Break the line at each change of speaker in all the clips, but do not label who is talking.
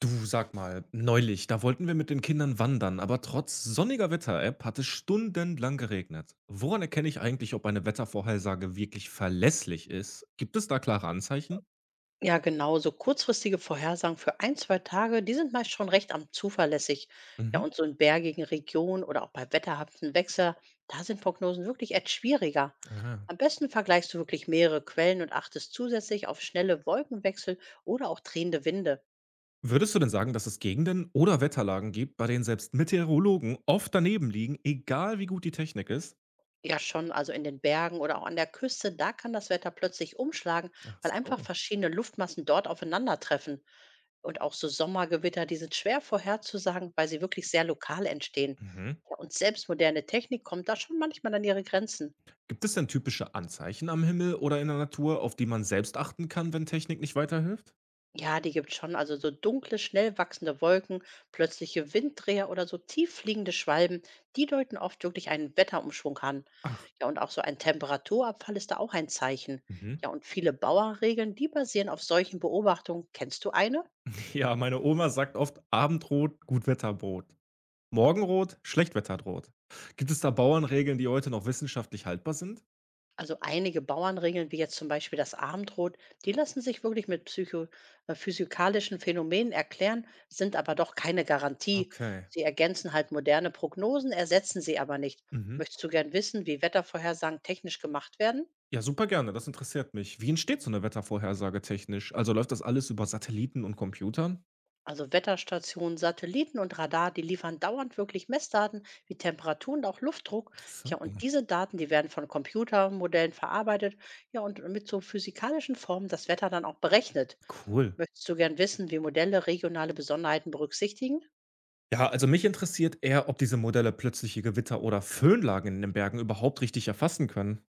Du, sag mal, neulich, da wollten wir mit den Kindern wandern, aber trotz sonniger Wetter-App hat es stundenlang geregnet. Woran erkenne ich eigentlich, ob eine Wettervorhersage wirklich verlässlich ist? Gibt es da klare Anzeichen?
Ja, genau. So kurzfristige Vorhersagen für ein, zwei Tage, die sind meist schon recht am zuverlässig. Ja,
Mhm.
und so in bergigen Regionen oder auch bei wetterhaften Wechsel, da sind Prognosen wirklich etwas schwieriger.
Ah.
Am besten vergleichst du wirklich mehrere Quellen und achtest zusätzlich auf schnelle Wolkenwechsel oder auch drehende Winde.
Würdest du denn sagen, dass es Gegenden oder Wetterlagen gibt, bei denen selbst Meteorologen oft daneben liegen, egal wie gut die Technik ist?
Ja, schon. Also in den Bergen oder auch an der Küste, da kann das Wetter plötzlich umschlagen,
Ach
weil einfach
so.
verschiedene Luftmassen dort aufeinandertreffen. Und auch so Sommergewitter, die sind schwer vorherzusagen, weil sie wirklich sehr lokal entstehen.
Mhm.
Ja, und selbst moderne Technik kommt da schon manchmal an ihre Grenzen.
Gibt es denn typische Anzeichen am Himmel oder in der Natur, auf die man selbst achten kann, wenn Technik nicht weiterhilft?
Ja, die gibt's schon. Also so dunkle, schnell wachsende Wolken, plötzliche Winddreher oder so tief fliegende Schwalben, die deuten oft wirklich einen Wetterumschwung an.
Ach.
Ja, und auch so ein Temperaturabfall ist da auch ein Zeichen.
Mhm.
Ja, und viele Bauernregeln, die basieren auf solchen Beobachtungen. Kennst du eine?
Ja, meine Oma sagt oft: Abendrot, Gutwetterbrot. Morgenrot, Schlechtwetterbrot. Gibt es da Bauernregeln, die heute noch wissenschaftlich haltbar sind?
Also einige Bauernregeln, wie jetzt zum Beispiel das Abendrot, die lassen sich wirklich mit psycho physikalischen Phänomenen erklären, sind aber doch keine Garantie.
Okay.
Sie ergänzen halt moderne Prognosen, ersetzen sie aber nicht.
Mhm.
Möchtest du gern wissen, wie Wettervorhersagen technisch gemacht werden?
Ja, super gerne, das interessiert mich. Wie entsteht so eine Wettervorhersage technisch? Also läuft das alles über Satelliten und Computern?
Also Wetterstationen, Satelliten und Radar, die liefern dauernd wirklich Messdaten wie Temperatur und auch Luftdruck.
So,
Ja, und diese Daten, die werden von Computermodellen verarbeitet. Ja, und mit so physikalischen Formen das Wetter dann auch berechnet.
cool.
Möchtest du gern wissen, wie Modelle regionale Besonderheiten berücksichtigen?
Ja, also mich interessiert eher, ob diese Modelle plötzliche Gewitter oder Föhnlagen in den Bergen überhaupt richtig erfassen können.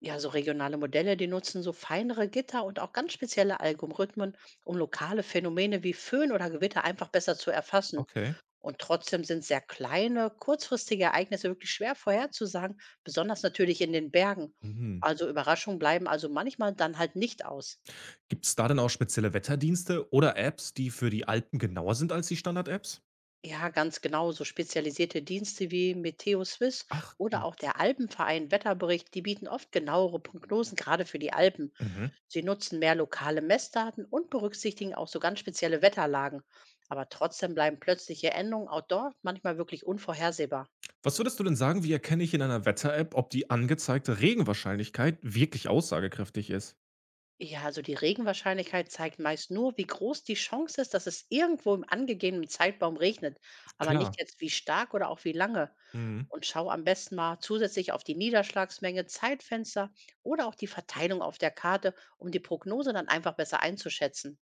Ja, so regionale Modelle, die nutzen so feinere Gitter und auch ganz spezielle Algorithmen, um lokale Phänomene wie Föhn oder Gewitter einfach besser zu erfassen.
Okay.
Und trotzdem sind sehr kleine, kurzfristige Ereignisse wirklich schwer vorherzusagen, besonders natürlich in den Bergen.
Mhm.
Also Überraschungen bleiben also manchmal dann halt nicht aus.
Gibt es da denn auch spezielle Wetterdienste oder Apps, die für die Alpen genauer sind als die Standard-Apps?
Ja, ganz genau. So spezialisierte Dienste wie Meteo Swiss
Ach,
oder
mhm.
auch der Alpenverein Wetterbericht, die bieten oft genauere Prognosen, gerade für die Alpen.
Mhm.
Sie nutzen mehr lokale Messdaten und berücksichtigen auch so ganz spezielle Wetterlagen. Aber trotzdem bleiben plötzliche Änderungen auch dort manchmal wirklich unvorhersehbar.
Was würdest du denn sagen, wie erkenne ich in einer Wetter-App, ob die angezeigte Regenwahrscheinlichkeit wirklich aussagekräftig ist?
Ja, also die Regenwahrscheinlichkeit zeigt meist nur, wie groß die Chance ist, dass es irgendwo im angegebenen Zeitraum regnet, aber nicht
Klar.
jetzt wie stark oder auch wie lange.
Mhm.
Und schau am besten mal zusätzlich auf die Niederschlagsmenge, Zeitfenster oder auch die Verteilung auf der Karte, um die Prognose dann einfach besser einzuschätzen.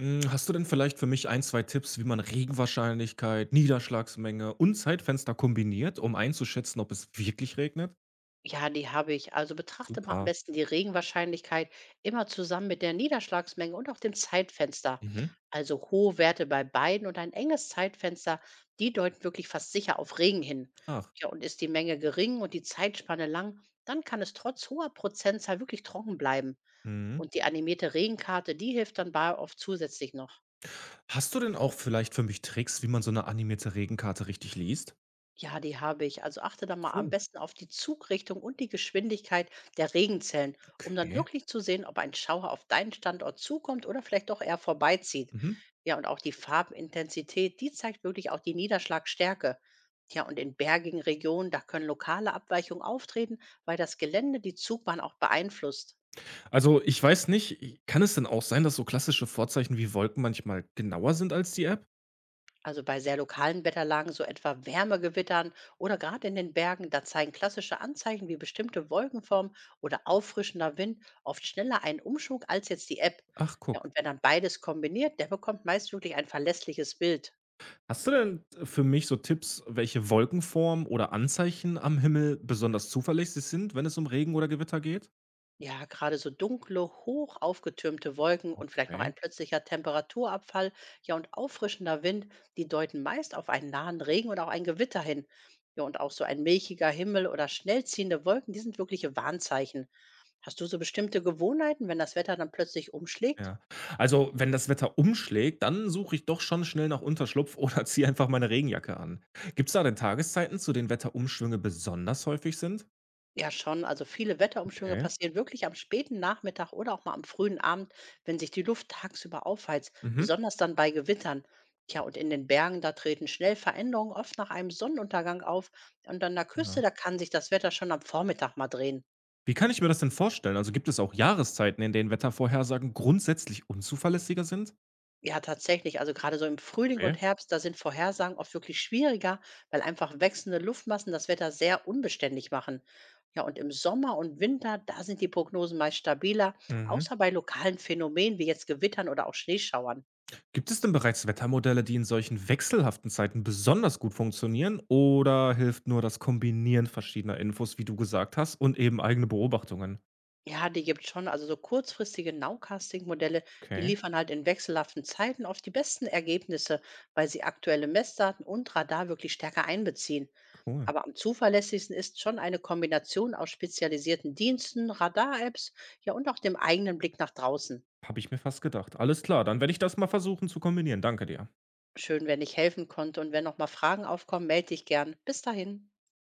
Hm, hast du denn vielleicht für mich ein, zwei Tipps, wie man Regenwahrscheinlichkeit, Niederschlagsmenge und Zeitfenster kombiniert, um einzuschätzen, ob es wirklich regnet?
Ja, die habe ich. Also betrachte mal am
Super.
besten die Regenwahrscheinlichkeit immer zusammen mit der Niederschlagsmenge und auch dem Zeitfenster.
Mhm.
Also hohe Werte bei beiden und ein enges Zeitfenster, die deuten wirklich fast sicher auf Regen hin.
Ach.
Ja, und ist die Menge gering und die Zeitspanne lang, dann kann es trotz hoher Prozentzahl wirklich trocken bleiben.
Mhm.
Und die animierte Regenkarte, die hilft dann bei oft zusätzlich noch.
Hast du denn auch vielleicht für mich Tricks, wie man so eine animierte Regenkarte richtig liest?
Ja, die habe ich. Also achte da mal am
Cool.
besten auf die Zugrichtung und die Geschwindigkeit der Regenzellen, um dann
Okay.
wirklich zu sehen, ob ein Schauer auf deinen Standort zukommt oder vielleicht doch eher vorbeizieht.
Mhm.
Ja, und auch die Farbintensität, die zeigt wirklich auch die Niederschlagstärke. Ja, und in bergigen Regionen, da können lokale Abweichungen auftreten, weil das Gelände die Zugbahn auch beeinflusst.
Also, ich weiß nicht, kann es denn auch sein, dass so klassische Vorzeichen wie Wolken manchmal genauer sind als die App?
Also bei sehr lokalen Wetterlagen, so etwa Wärmegewittern oder gerade in den Bergen, da zeigen klassische Anzeichen wie bestimmte Wolkenformen oder auffrischender Wind oft schneller einen Umschwung als jetzt die App.
Ach,
Ja,
guck.
und wer dann beides kombiniert, der bekommt meist wirklich ein verlässliches Bild.
Hast du denn für mich so Tipps, welche Wolkenform oder Anzeichen am Himmel besonders zuverlässig sind, wenn es um Regen oder Gewitter geht?
Ja, gerade so dunkle, hoch aufgetürmte Wolken und vielleicht noch
Okay.
ein plötzlicher Temperaturabfall, ja und auffrischender Wind, die deuten meist auf einen nahen Regen oder auch ein Gewitter hin. Ja, und auch so ein milchiger Himmel oder schnell ziehende Wolken, die sind wirkliche Warnzeichen. Hast du so bestimmte Gewohnheiten, wenn das Wetter dann plötzlich umschlägt?
Ja. Also, wenn das Wetter umschlägt, dann suche ich doch schon schnell nach Unterschlupf oder ziehe einfach meine Regenjacke an. Gibt es da denn Tageszeiten, zu denen Wetterumschwünge besonders häufig sind?
Ja, schon. Also viele Wetterumschwünge
Okay.
passieren wirklich am späten Nachmittag oder auch mal am frühen Abend, wenn sich die Luft tagsüber aufheizt,
Mhm.
besonders dann bei Gewittern. Tja, und in den Bergen, da treten schnell Veränderungen oft nach einem Sonnenuntergang auf. Und an der
Ja.
Küste, da kann sich das Wetter schon am Vormittag mal drehen.
Wie kann ich mir das denn vorstellen? Also, gibt es auch Jahreszeiten, in denen Wettervorhersagen grundsätzlich unzuverlässiger sind?
Ja, tatsächlich. Also gerade so im Frühling
Okay.
und Herbst, da sind Vorhersagen oft wirklich schwieriger, weil einfach wechselnde Luftmassen das Wetter sehr unbeständig machen. Ja, und im Sommer und Winter, da sind die Prognosen meist stabiler,
Mhm.
außer bei lokalen Phänomenen wie jetzt Gewittern oder auch Schneeschauern.
Gibt es denn bereits Wettermodelle, die in solchen wechselhaften Zeiten besonders gut funktionieren? Oder hilft nur das Kombinieren verschiedener Infos, wie du gesagt hast, und eben eigene Beobachtungen?
Ja, die gibt schon. Also so kurzfristige Nowcasting-Modelle, die
Okay,
liefern halt in wechselhaften Zeiten oft die besten Ergebnisse, weil sie aktuelle Messdaten und Radar wirklich stärker einbeziehen.
cool.
Aber am zuverlässigsten ist schon eine Kombination aus spezialisierten Diensten, Radar-Apps, ja und auch dem eigenen Blick nach draußen.
Habe ich mir fast gedacht. Alles klar, dann werde ich das mal versuchen zu kombinieren. Danke dir.
Schön, wenn ich helfen konnte und wenn noch mal Fragen aufkommen, melde dich gern. Bis dahin.